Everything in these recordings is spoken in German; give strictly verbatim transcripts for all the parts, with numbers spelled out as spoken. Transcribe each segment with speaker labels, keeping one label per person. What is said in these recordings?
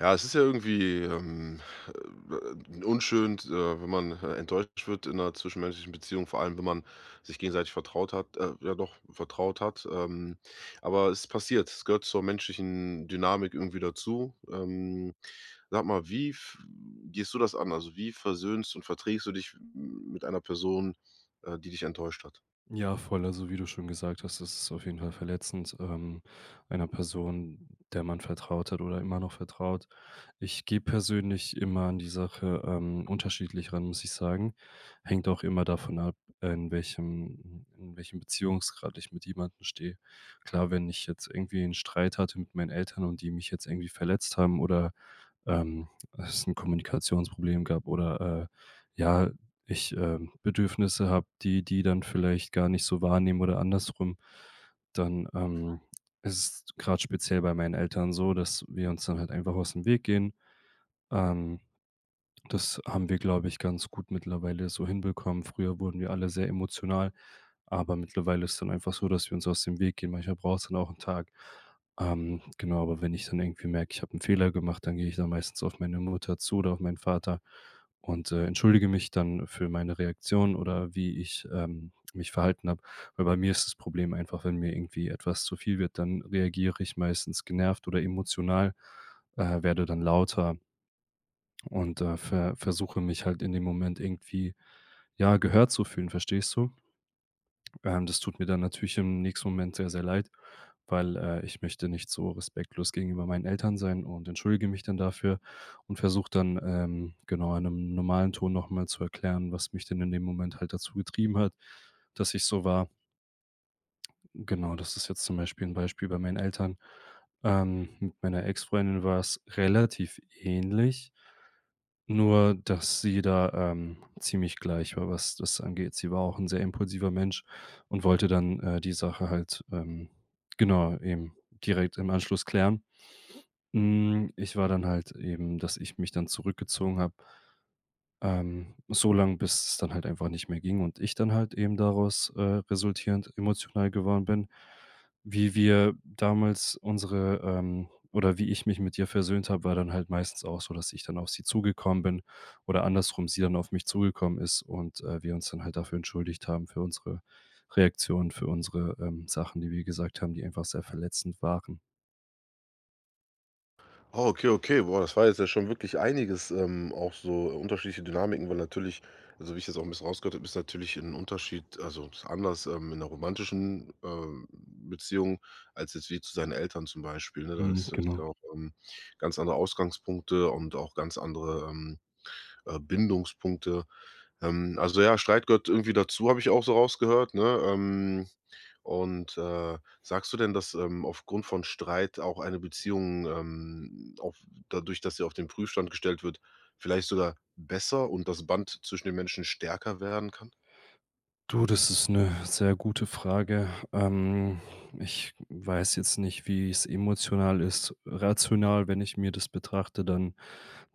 Speaker 1: Ja, es ist ja irgendwie, ähm, äh, unschön, äh, wenn man, äh, enttäuscht wird in einer zwischenmenschlichen Beziehung, vor allem, wenn man sich gegenseitig vertraut hat äh, ja doch, vertraut hat. Ähm, aber es passiert. Es gehört zur menschlichen Dynamik irgendwie dazu. Ähm, sag mal, wie f gehst du das an? Also, wie versöhnst und verträgst du dich m mit einer Person, äh, die dich enttäuscht hat?
Speaker 2: Ja, voll. Also, wie du schon gesagt hast, das ist auf jeden Fall verletzend, ähm, einer Person, der man vertraut hat oder immer noch vertraut. Ich gehe persönlich immer an die Sache, ähm, unterschiedlich ran, muss ich sagen. Hängt auch immer davon ab, in welchem in welchem Beziehungsgrad ich mit jemandem stehe. Klar, wenn ich jetzt irgendwie einen Streit hatte mit meinen Eltern und die mich jetzt irgendwie verletzt haben oder ähm, es ein Kommunikationsproblem gab oder, äh, ja, ich, ähm, Bedürfnisse habe, die die dann vielleicht gar nicht so wahrnehmen oder andersrum. Dann, ähm, ist es grad speziell bei meinen Eltern so, dass wir uns dann halt einfach aus dem Weg gehen. Ähm Das haben wir, glaube ich, ganz gut mittlerweile so hinbekommen. Früher wurden wir alle sehr emotional, aber mittlerweile ist dann einfach so, dass wir uns aus dem Weg gehen. Manchmal braucht es dann auch einen Tag. Ähm, genau, aber wenn ich dann irgendwie merke, ich habe einen Fehler gemacht, dann gehe ich dann meistens auf meine Mutter zu oder auf meinen Vater und, äh, entschuldige mich dann für meine Reaktion oder wie ich, ähm, mich verhalten habe. Weil bei mir ist das Problem einfach, wenn mir irgendwie etwas zu viel wird, dann reagiere ich meistens genervt oder emotional, äh, werde dann lauter. Und, äh, ver versuche mich halt in dem Moment irgendwie, ja, gehört zu fühlen, verstehst du? Ähm, das tut mir dann natürlich im nächsten Moment sehr, sehr leid, weil, äh, ich möchte nicht so respektlos gegenüber meinen Eltern sein und entschuldige mich dann dafür und versuche dann, ähm, genau in 'nem normalen Ton noch mal zu erklären, was mich denn in dem Moment halt dazu getrieben hat, dass ich so war. Genau, das ist jetzt zum Beispiel ein Beispiel bei meinen Eltern. Ähm, mit meiner Ex-Freundin war es relativ ähnlich. Nur, dass sie da, ähm, ziemlich gleich war, was das angeht. Sie war auch ein sehr impulsiver Mensch und wollte dann, äh, die Sache halt, ähm, genau, eben direkt im Anschluss klären. Hm, ich war dann halt eben, dass ich mich dann zurückgezogen habe. Ähm, so lang, bis es dann halt einfach nicht mehr ging und ich dann halt eben daraus, äh, resultierend emotional geworden bin, wie wir damals unsere ähm, oder wie ich mich mit ihr versöhnt habe, war dann halt meistens auch so, dass ich dann auf sie zugekommen bin oder andersrum sie dann auf mich zugekommen ist und, äh, wir uns dann halt dafür entschuldigt haben für unsere Reaktionen, für unsere, ähm, Sachen, die wir gesagt haben, die einfach sehr verletzend waren.
Speaker 1: Oh, okay, okay. Boah, das war jetzt ja schon wirklich einiges, ähm, auch so unterschiedliche Dynamiken, weil natürlich, also wie ich jetzt auch ein bisschen rausgehört habe, ist natürlich ein Unterschied, also ist anders, ähm, in einer romantischen, ähm, Beziehung als jetzt wie zu seinen Eltern zum Beispiel, ne? Da
Speaker 2: Mhm,
Speaker 1: ist ist ja
Speaker 2: genau.
Speaker 1: auch, ähm, ganz andere Ausgangspunkte und auch ganz andere, ähm, äh, Bindungspunkte. Ähm, also ja, Streit gehört irgendwie dazu, habe ich auch so rausgehört, ne? Ähm und, äh, sagst du denn, dass, ähm, aufgrund von Streit auch eine Beziehung, ähm, auf dadurch, dass sie auf den Prüfstand gestellt wird, vielleicht sogar besser und das Band zwischen den Menschen stärker werden kann?
Speaker 2: Du, das ist eine sehr gute Frage. Ähm, ich weiß jetzt nicht, wie es emotional ist. Rational, wenn ich mir das betrachte, dann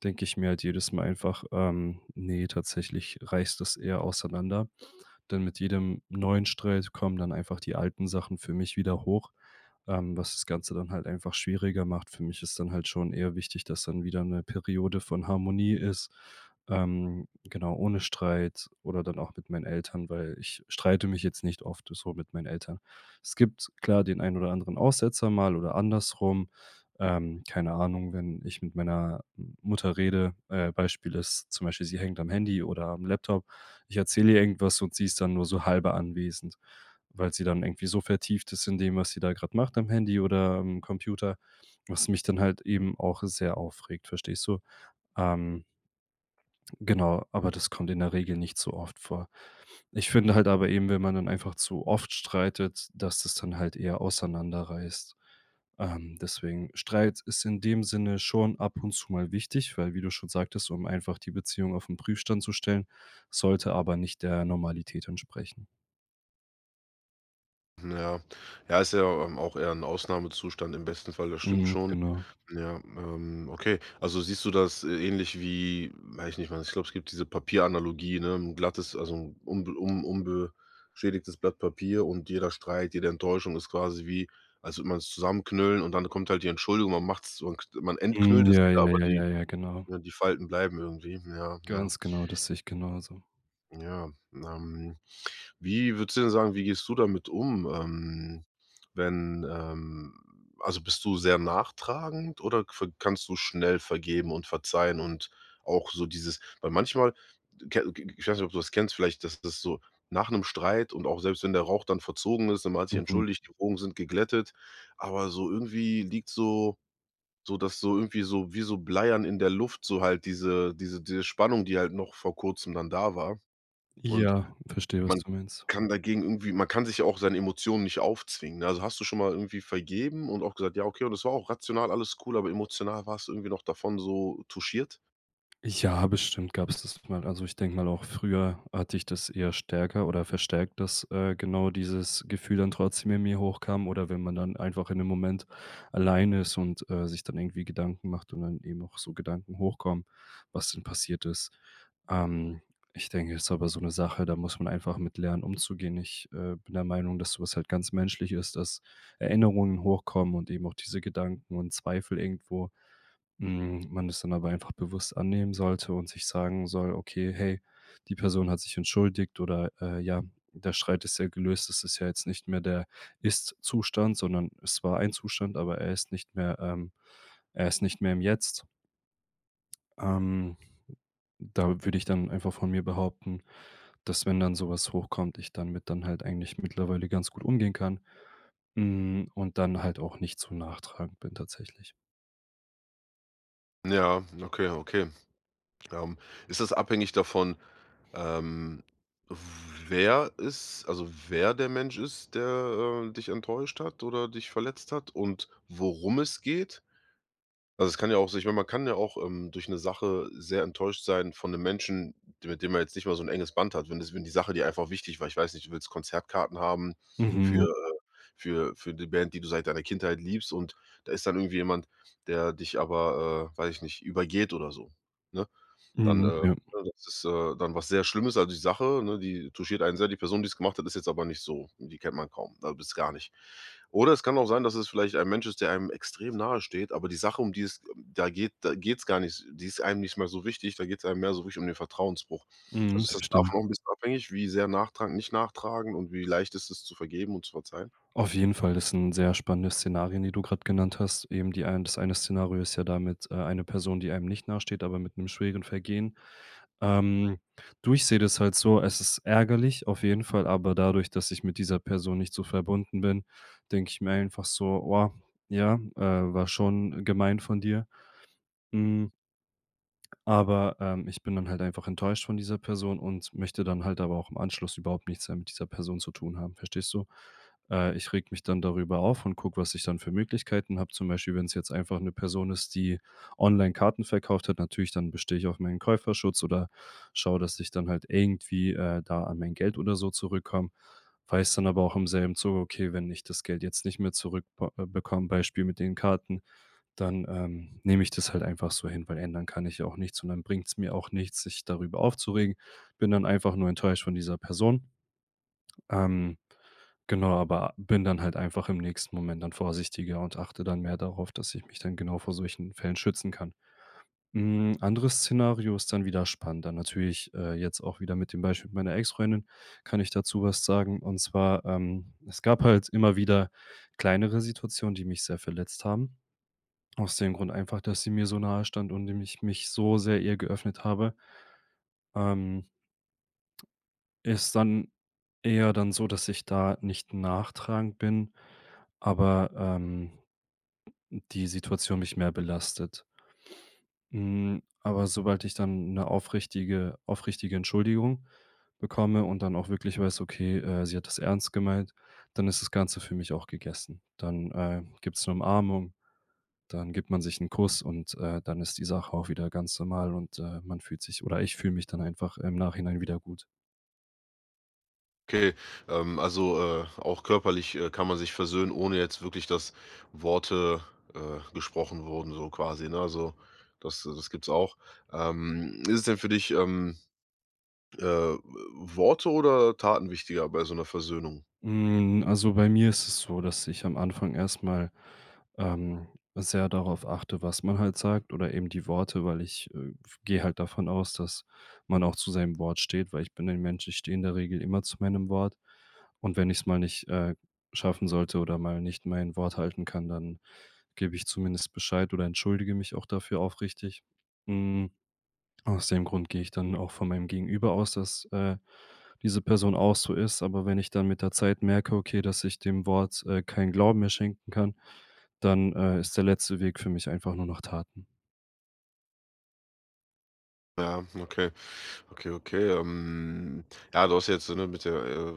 Speaker 2: denke ich mir halt jedes Mal einfach, ähm: „Ne, tatsächlich reißt das eher auseinander.“ Denn mit jedem neuen Streit kommen dann einfach die alten Sachen für mich wieder hoch, ähm, was das Ganze dann halt einfach schwieriger macht. Für mich ist dann halt schon eher wichtig, dass dann wieder eine Periode von Harmonie ist, ähm, genau, ohne Streit oder dann auch mit meinen Eltern, weil ich streite mich jetzt nicht oft so mit meinen Eltern. Es gibt klar den einen oder anderen Aussetzer mal oder andersrum. Ähm, keine Ahnung, wenn ich mit meiner Mutter rede, äh, Beispiel ist zum Beispiel, sie hängt am Handy oder am Laptop, ich erzähle ihr irgendwas und sie ist dann nur so halber anwesend, weil sie dann irgendwie so vertieft ist in dem, was sie da gerade macht am Handy oder am Computer, was mich dann halt eben auch sehr aufregt, verstehst du? Ähm, genau, aber das kommt in der Regel nicht so oft vor. Ich finde halt aber eben, wenn man dann einfach zu oft streitet, dass das dann halt eher auseinanderreißt. Ähm, deswegen, Streit ist in dem Sinne schon ab und zu mal wichtig, weil wie du schon sagtest, um einfach die Beziehung auf den Prüfstand zu stellen, sollte aber nicht der Normalität entsprechen.
Speaker 1: Ja. Ja, ist ja, ähm, auch eher ein Ausnahmezustand im besten Fall, das stimmt
Speaker 2: Mhm,
Speaker 1: schon.
Speaker 2: genau.
Speaker 1: Ja, ähm, okay. Also siehst du das, äh, ähnlich wie, weiß ich nicht, man, ich glaube, es gibt diese Papieranalogie, ne? 'N glattes, also 'n unbe un unbeschädigtes Blatt Papier, und jeder Streit, jede Enttäuschung ist quasi wie, als würde man's zusammenknüllen, und dann kommt halt die Entschuldigung, man macht's man k man entknüllt
Speaker 2: Mhm,
Speaker 1: es
Speaker 2: ja,
Speaker 1: wieder,
Speaker 2: ja,
Speaker 1: aber
Speaker 2: ja, ja,
Speaker 1: die,
Speaker 2: ja, genau.
Speaker 1: ne, die Falten bleiben irgendwie. Ja, ja,
Speaker 2: Ganz genau, das sehe ich genauso.
Speaker 1: ja, ähm wie würdest du denn sagen, wie gehst du damit um, ähm, wenn, ähm also, bist du sehr nachtragend oder ver kannst du schnell vergeben und verzeihen, und auch so dieses, weil manchmal, ke ich weiß nicht, ob du das kennst, vielleicht, dass das so nach einem Streit, und auch selbst wenn der Rauch dann verzogen ist und hat sich
Speaker 2: Mhm.
Speaker 1: entschuldigt, die Wogen sind geglättet, aber so irgendwie liegt so so dass so irgendwie so wie so Bleiern in der Luft, so halt diese diese diese Spannung, die halt noch vor Kurzem dann da war. Und
Speaker 2: Ja, verstehe, was
Speaker 1: man,
Speaker 2: du meinst.
Speaker 1: kann dagegen irgendwie man kann sich ja auch seine Emotionen nicht aufzwingen, ne? Also, hast du schon mal irgendwie vergeben und auch gesagt: „Ja, okay“, und das war auch rational alles cool, aber emotional warst du irgendwie noch davon so touchiert?
Speaker 2: Ja, bestimmt gab es das mal. Also, ich denke mal, auch früher hatte ich das eher stärker oder verstärkt, dass, äh, genau dieses Gefühl dann trotzdem in mir hochkam oder wenn man dann einfach in 'nem Moment alleine ist und, äh, sich dann irgendwie Gedanken macht und dann eben auch so Gedanken hochkommen, was denn passiert ist. Ähm, Ich denke, es ist aber so eine Sache, da muss man einfach mit lernen, umzugehen. Ich, äh, bin der Meinung, dass sowas halt ganz menschlich ist, dass Erinnerungen hochkommen und eben auch diese Gedanken und Zweifel irgendwo hm, man das dann aber einfach bewusst annehmen sollte und sich sagen soll: „Okay, hey, die Person hat sich entschuldigt“ oder, äh, „Ja, der Streit ist ja gelöst. Es ist ja jetzt nicht mehr der Ist-Zustand, sondern es war ein Zustand, aber er ist nicht mehr ähm, er ist nicht mehr im Jetzt.“ Ähm, Da würde ich dann einfach von mir behaupten, dass, wenn dann sowas hochkommt, ich dann mit dann halt eigentlich mittlerweile ganz gut umgehen kann, hm, und dann halt auch nicht zu nachtragend bin tatsächlich.
Speaker 1: Ja, okay, okay. Ähm, Ist das abhängig davon, ähm, wer es, also, wer der Mensch ist, der, äh, dich enttäuscht hat oder dich verletzt hat und worum es geht? Also, es kann ja auch so- ich meine, man kann ja auch, ähm, durch eine Sache sehr enttäuscht sein von einem Menschen, d mit dem man jetzt nicht mal so ein enges Band hat, wenn das, wenn die Sache dir einfach wichtig war. Ich weiß nicht, du willst Konzertkarten haben
Speaker 2: Mhm, ja.
Speaker 1: für äh, für für die Band, die du seit deiner Kindheit liebst, und da ist dann irgendwie jemand, der dich aber, äh, weiß ich nicht, übergeht oder so, ne? Dann, äh
Speaker 2: Mhm,
Speaker 1: ne,
Speaker 2: ja.
Speaker 1: das ist, äh, dann was sehr Schlimmes. Also die Sache, ne, die touchiert einen sehr. Die Person, die es gemacht hat, ist jetzt aber nicht so, die kennt man kaum, also bis gar nicht. Oder es kann auch sein, dass es vielleicht ein Mensch ist, der einem extrem nahe steht, aber die Sache, um die es, ähm, da geht da geht es gar nicht, die ist einem nicht mehr so wichtig, da geht es einem mehr so richtig um den Vertrauensbruch. Also
Speaker 2: Mhm,
Speaker 1: ist das
Speaker 2: verstehe.
Speaker 1: davon auch 'n bisschen abhängig, wie sehr nachtragen, nicht nachtragen und wie leicht ist es zu vergeben und zu verzeihen?
Speaker 2: Auf jeden Fall, das sind sehr spannende Szenarien, die du gerade genannt hast. Eben die ein das eine Szenario ist ja damit, äh, eine Person, die einem nicht nahesteht, aber mit einem schweren Vergehen. Ähm, Du, ich sehe das halt so, es ist ärgerlich auf jeden Fall, aber dadurch, dass ich mit dieser Person nicht so verbunden bin, denke ich mir einfach so: „Oh, ja, äh, war schon gemein von dir.“ Hm. Aber, ähm, ich bin dann halt einfach enttäuscht von dieser Person und möchte dann halt aber auch im Anschluss überhaupt nichts mehr mit dieser Person zu tun haben, verstehst du? Äh, ich reg mich dann darüber auf und gucke, was ich dann für Möglichkeiten habe. Zum Beispiel, wenn es jetzt einfach eine Person ist, die online Karten verkauft hat, natürlich, dann bestehe ich auf meinen Käuferschutz oder schaue, dass ich dann halt irgendwie, äh, da an mein Geld oder so zurückkomme. Weiß dann aber auch im selben Zuge: „Okay, wenn ich das Geld jetzt nicht mehr zurückbekomme, Beispiel mit den Karten, dann, ähm, nehme ich das halt einfach so hin, weil ändern kann ich ja auch nichts und dann bringt's mir auch nichts, sich darüber aufzuregen. Bin dann einfach nur enttäuscht von dieser Person. Ähm, genau, aber bin dann halt einfach im nächsten Moment dann vorsichtiger und achte dann mehr darauf, dass ich mich dann genau vor solchen Fällen schützen kann. Ein anderes Szenario ist dann wieder spannender. Natürlich, äh, jetzt auch wieder mit dem Beispiel meiner Ex-Freundin kann ich dazu was sagen. Und zwar, ähm, es gab halt immer wieder kleinere Situationen, die mich sehr verletzt haben. Aus dem Grund einfach, dass sie mir so nahe stand und dem ich mich so sehr ihr geöffnet habe. Ähm, Ist dann eher dann so, dass ich da nicht nachtragend bin, aber, ähm, die Situation mich mehr belastet. Hm, aber sobald ich dann eine aufrichtige aufrichtige Entschuldigung bekomme und dann auch wirklich weiß, okay, äh, sie hat das ernst gemeint, dann ist das Ganze für mich auch gegessen. Dann, äh, gibt's eine Umarmung. Dann gibt man sich 'n Kuss und, äh, dann ist die Sache auch wieder ganz normal und, äh, man fühlt sich oder ich fühle mich dann einfach im Nachhinein wieder gut.
Speaker 1: Okay, ähm, also, äh, auch körperlich, äh, kann man sich versöhnen, ohne jetzt wirklich, dass Worte, äh, gesprochen wurden, so quasi, ne? Also, das das gibt's auch. Ähm, ist es denn für dich, ähm, äh, Worte oder Taten wichtiger bei so einer Versöhnung?
Speaker 2: Hm, also, bei mir ist es so, dass ich am Anfang erstmal ähm, sehr darauf achte, was man halt sagt oder eben die Worte, weil ich, äh, gehe halt davon aus, dass man auch zu seinem Wort steht, weil ich bin ein Mensch, ich stehe in der Regel immer zu meinem Wort. Und wenn ich es mal nicht, äh, schaffen sollte oder mal nicht mein Wort halten kann, dann gebe ich zumindest Bescheid oder entschuldige mich auch dafür aufrichtig. Hm, aus dem Grund gehe ich dann auch von meinem Gegenüber aus, dass, äh, diese Person auch so ist. Aber wenn ich dann mit der Zeit merke, okay, dass ich dem Wort, äh, keinen Glauben mehr schenken kann, dann, äh, ist der letzte Weg für mich einfach nur noch Taten.
Speaker 1: Ja, okay, okay, okay. Ähm, ja, du hast jetzt, ne, mit der, äh,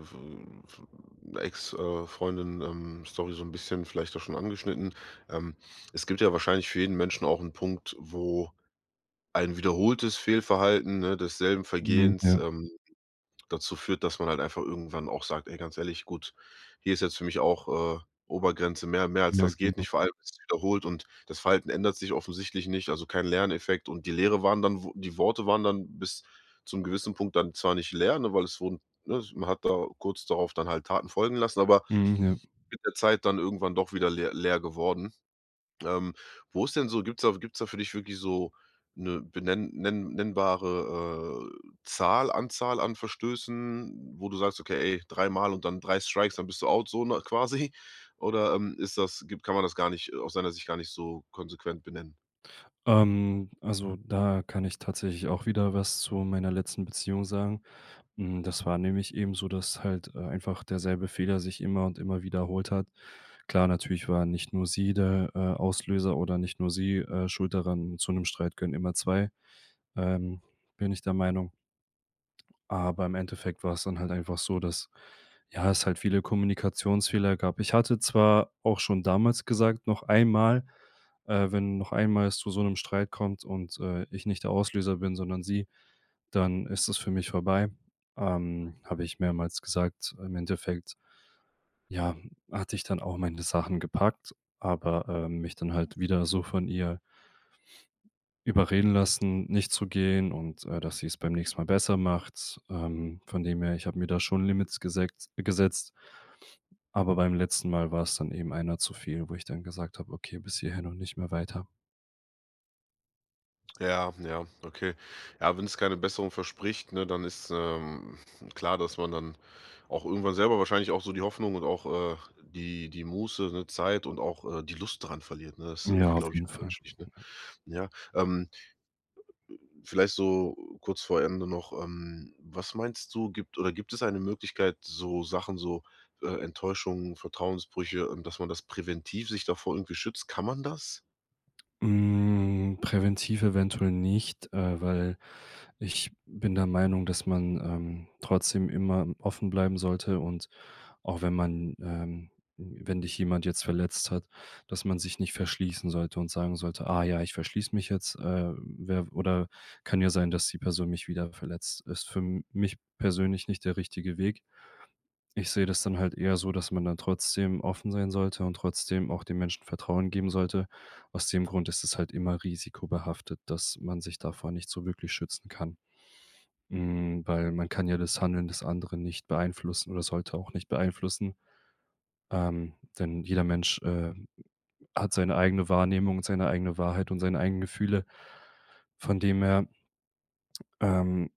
Speaker 1: Ex äh, Freundin, ähm, Story so ein bisschen vielleicht auch schon angeschnitten. Ähm, Es gibt ja wahrscheinlich für jeden Menschen auch einen Punkt, wo ein wiederholtes Fehlverhalten, ne, desselben
Speaker 2: Mhm,
Speaker 1: Vergehens,
Speaker 2: ja,
Speaker 1: ähm, dazu führt, dass man halt einfach irgendwann auch sagt: „Ey, ganz ehrlich, gut, hier ist jetzt für mich auch, äh, Obergrenze, mehr mehr als
Speaker 2: ja,
Speaker 1: das geht
Speaker 2: genau.
Speaker 1: nicht.“ Vor allem ist es wiederholt und das Verhalten ändert sich offensichtlich nicht, also kein Lerneffekt, und die Lehre waren dann, wo die Worte waren dann bis zum gewissen Punkt dann zwar nicht leer, ne, weil es wurden, ne, man hat da kurz darauf dann halt Taten folgen lassen, aber
Speaker 2: Mhm, ja.
Speaker 1: mit der Zeit dann irgendwann doch wieder leer leer geworden. Ähm, Wo ist denn so, gibt's da gibt's da für dich wirklich so eine benenn nenn nennbare, äh, Zahl Anzahl an Verstößen, wo du sagst: „Okay, ey, dreimal und dann drei Strikes, dann bist du out“, so na quasi? Oder, ähm, ist das, gibt kann man das gar nicht, äh, aus seiner Sicht gar nicht so konsequent benennen?
Speaker 2: Ähm, also, da kann ich tatsächlich auch wieder was zu meiner letzten Beziehung sagen. Hm, das war nämlich eben so, dass halt, äh, einfach derselbe Fehler sich immer und immer wiederholt hat. Klar, natürlich war nicht nur sie der, äh, Auslöser oder nicht nur sie, äh, schuld daran. Zu einem Streit gehören immer zwei. ähm, Bin ich der Meinung. Aber im Endeffekt war es dann halt einfach so, dass, ja, es halt viele Kommunikationsfehler gab. Ich hatte zwar auch schon damals gesagt: „Noch einmal äh, wenn noch einmal es zu so einem Streit kommt und, äh, ich nicht der Auslöser bin, sondern sie, dann ist es für mich vorbei.“ Ähm, habe ich mehrmals gesagt. Im Endeffekt, ja, hatte ich dann auch meine Sachen gepackt, aber, ähm, mich dann halt wieder so von ihr überreden lassen, nicht zu gehen und, äh, dass sie es beim nächsten Mal besser macht. Ähm, von dem her, ich habe mir da schon Limits gesekt gesetzt. Aber beim letzten Mal war es dann eben einer zu viel, wo ich dann gesagt habe: „Okay, bis hierhin und nicht mehr weiter.“
Speaker 1: Ja, ja, okay. Ja, wenn es keine Besserung verspricht, ne, dann ist, ähm, klar, dass man dann auch irgendwann selber wahrscheinlich auch so die Hoffnung und auch, äh, die die Muße, ne, Zeit und auch, äh, die Lust daran verliert, ne? Das ist
Speaker 2: Ja,
Speaker 1: irgendwie,
Speaker 2: auf
Speaker 1: glaube ich,
Speaker 2: jeden Fall.
Speaker 1: menschlich, ne? Ja, ähm, vielleicht so kurz vor Ende noch, ähm, was meinst du, gibt oder gibt es eine Möglichkeit, so Sachen, so, äh, Enttäuschungen, Vertrauensbrüche, ähm, dass man das präventiv sich davor irgendwie schützt? Kann man das?
Speaker 2: Hm, präventiv eventuell nicht, äh, weil ich bin der Meinung, dass man, ähm, trotzdem immer offen bleiben sollte und auch wenn man ähm, wenn dich jemand jetzt verletzt hat, dass man sich nicht verschließen sollte und sagen sollte: „Ah ja, ich verschließe mich jetzt, äh, wer oder kann ja sein, dass die Person mich wieder verletzt.“ Ist für m mich persönlich nicht der richtige Weg. Ich sehe das dann halt eher so, dass man dann trotzdem offen sein sollte und trotzdem auch den Menschen Vertrauen geben sollte. Aus dem Grund ist es halt immer risikobehaftet, dass man sich davor nicht so wirklich schützen kann. Hm, weil man kann ja das Handeln des anderen nicht beeinflussen oder sollte auch nicht beeinflussen. Ähm, Denn jeder Mensch, äh, hat seine eigene Wahrnehmung und seine eigene Wahrheit und seine eigenen Gefühle. Von dem her, ähm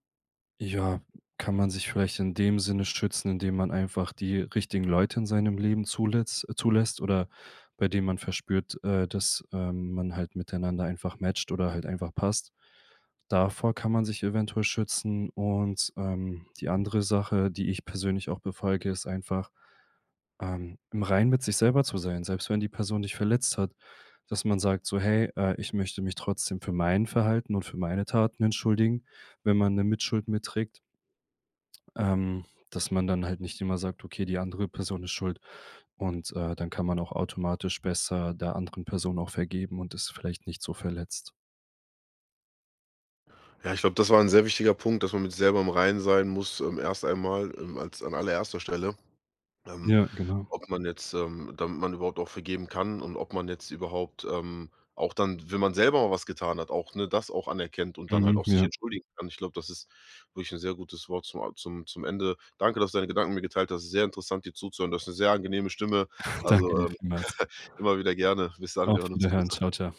Speaker 2: ja, kann man sich vielleicht in dem Sinne schützen, indem man einfach die richtigen Leute in seinem Leben zulässt äh, zulässt oder bei denen man verspürt, äh, dass, ähm, man halt miteinander einfach matcht oder halt einfach passt. Davor kann man sich eventuell schützen und, ähm, die andere Sache, die ich persönlich auch befolge, ist einfach, ähm, im Reinen mit sich selber zu sein, selbst wenn die Person dich verletzt hat, dass man sagt so: „Hey, äh, ich möchte mich trotzdem für mein Verhalten und für meine Taten entschuldigen.“ Wenn man 'ne Mitschuld mitträgt, ähm, dass man dann halt nicht immer sagt: „Okay, die andere Person ist schuld.“ Und, äh, dann kann man auch automatisch besser der anderen Person auch vergeben und ist vielleicht nicht so verletzt.
Speaker 1: Ja, ich glaube, das war ein sehr wichtiger Punkt, dass man mit sich selber im Reinen sein muss, ähm, erst einmal, ähm, als an allererster Stelle. Ähm
Speaker 2: Ja, genau.
Speaker 1: Ob man jetzt, ähm damit man überhaupt auch vergeben kann, und ob man jetzt überhaupt, ähm, auch dann, wenn man selber mal was getan hat, auch, ne, das auch anerkennt und dann halt
Speaker 2: Mhm,
Speaker 1: auch sich
Speaker 2: ja.
Speaker 1: entschuldigen kann. Ich glaube, das ist wirklich ein sehr gutes Wort zum a zum zum Ende. Danke, dass du deine Gedanken mir geteilt hast. Sehr interessant, dir zuzuhören. Du hast eine sehr angenehme Stimme. Also,
Speaker 2: Danke dir
Speaker 1: ähm,
Speaker 2: vielmals.
Speaker 1: immer wieder gerne. Bis dann,
Speaker 2: Auf
Speaker 1: wir hören uns.
Speaker 2: Wiederhören. Tschau,
Speaker 1: Gruß.
Speaker 2: tschau.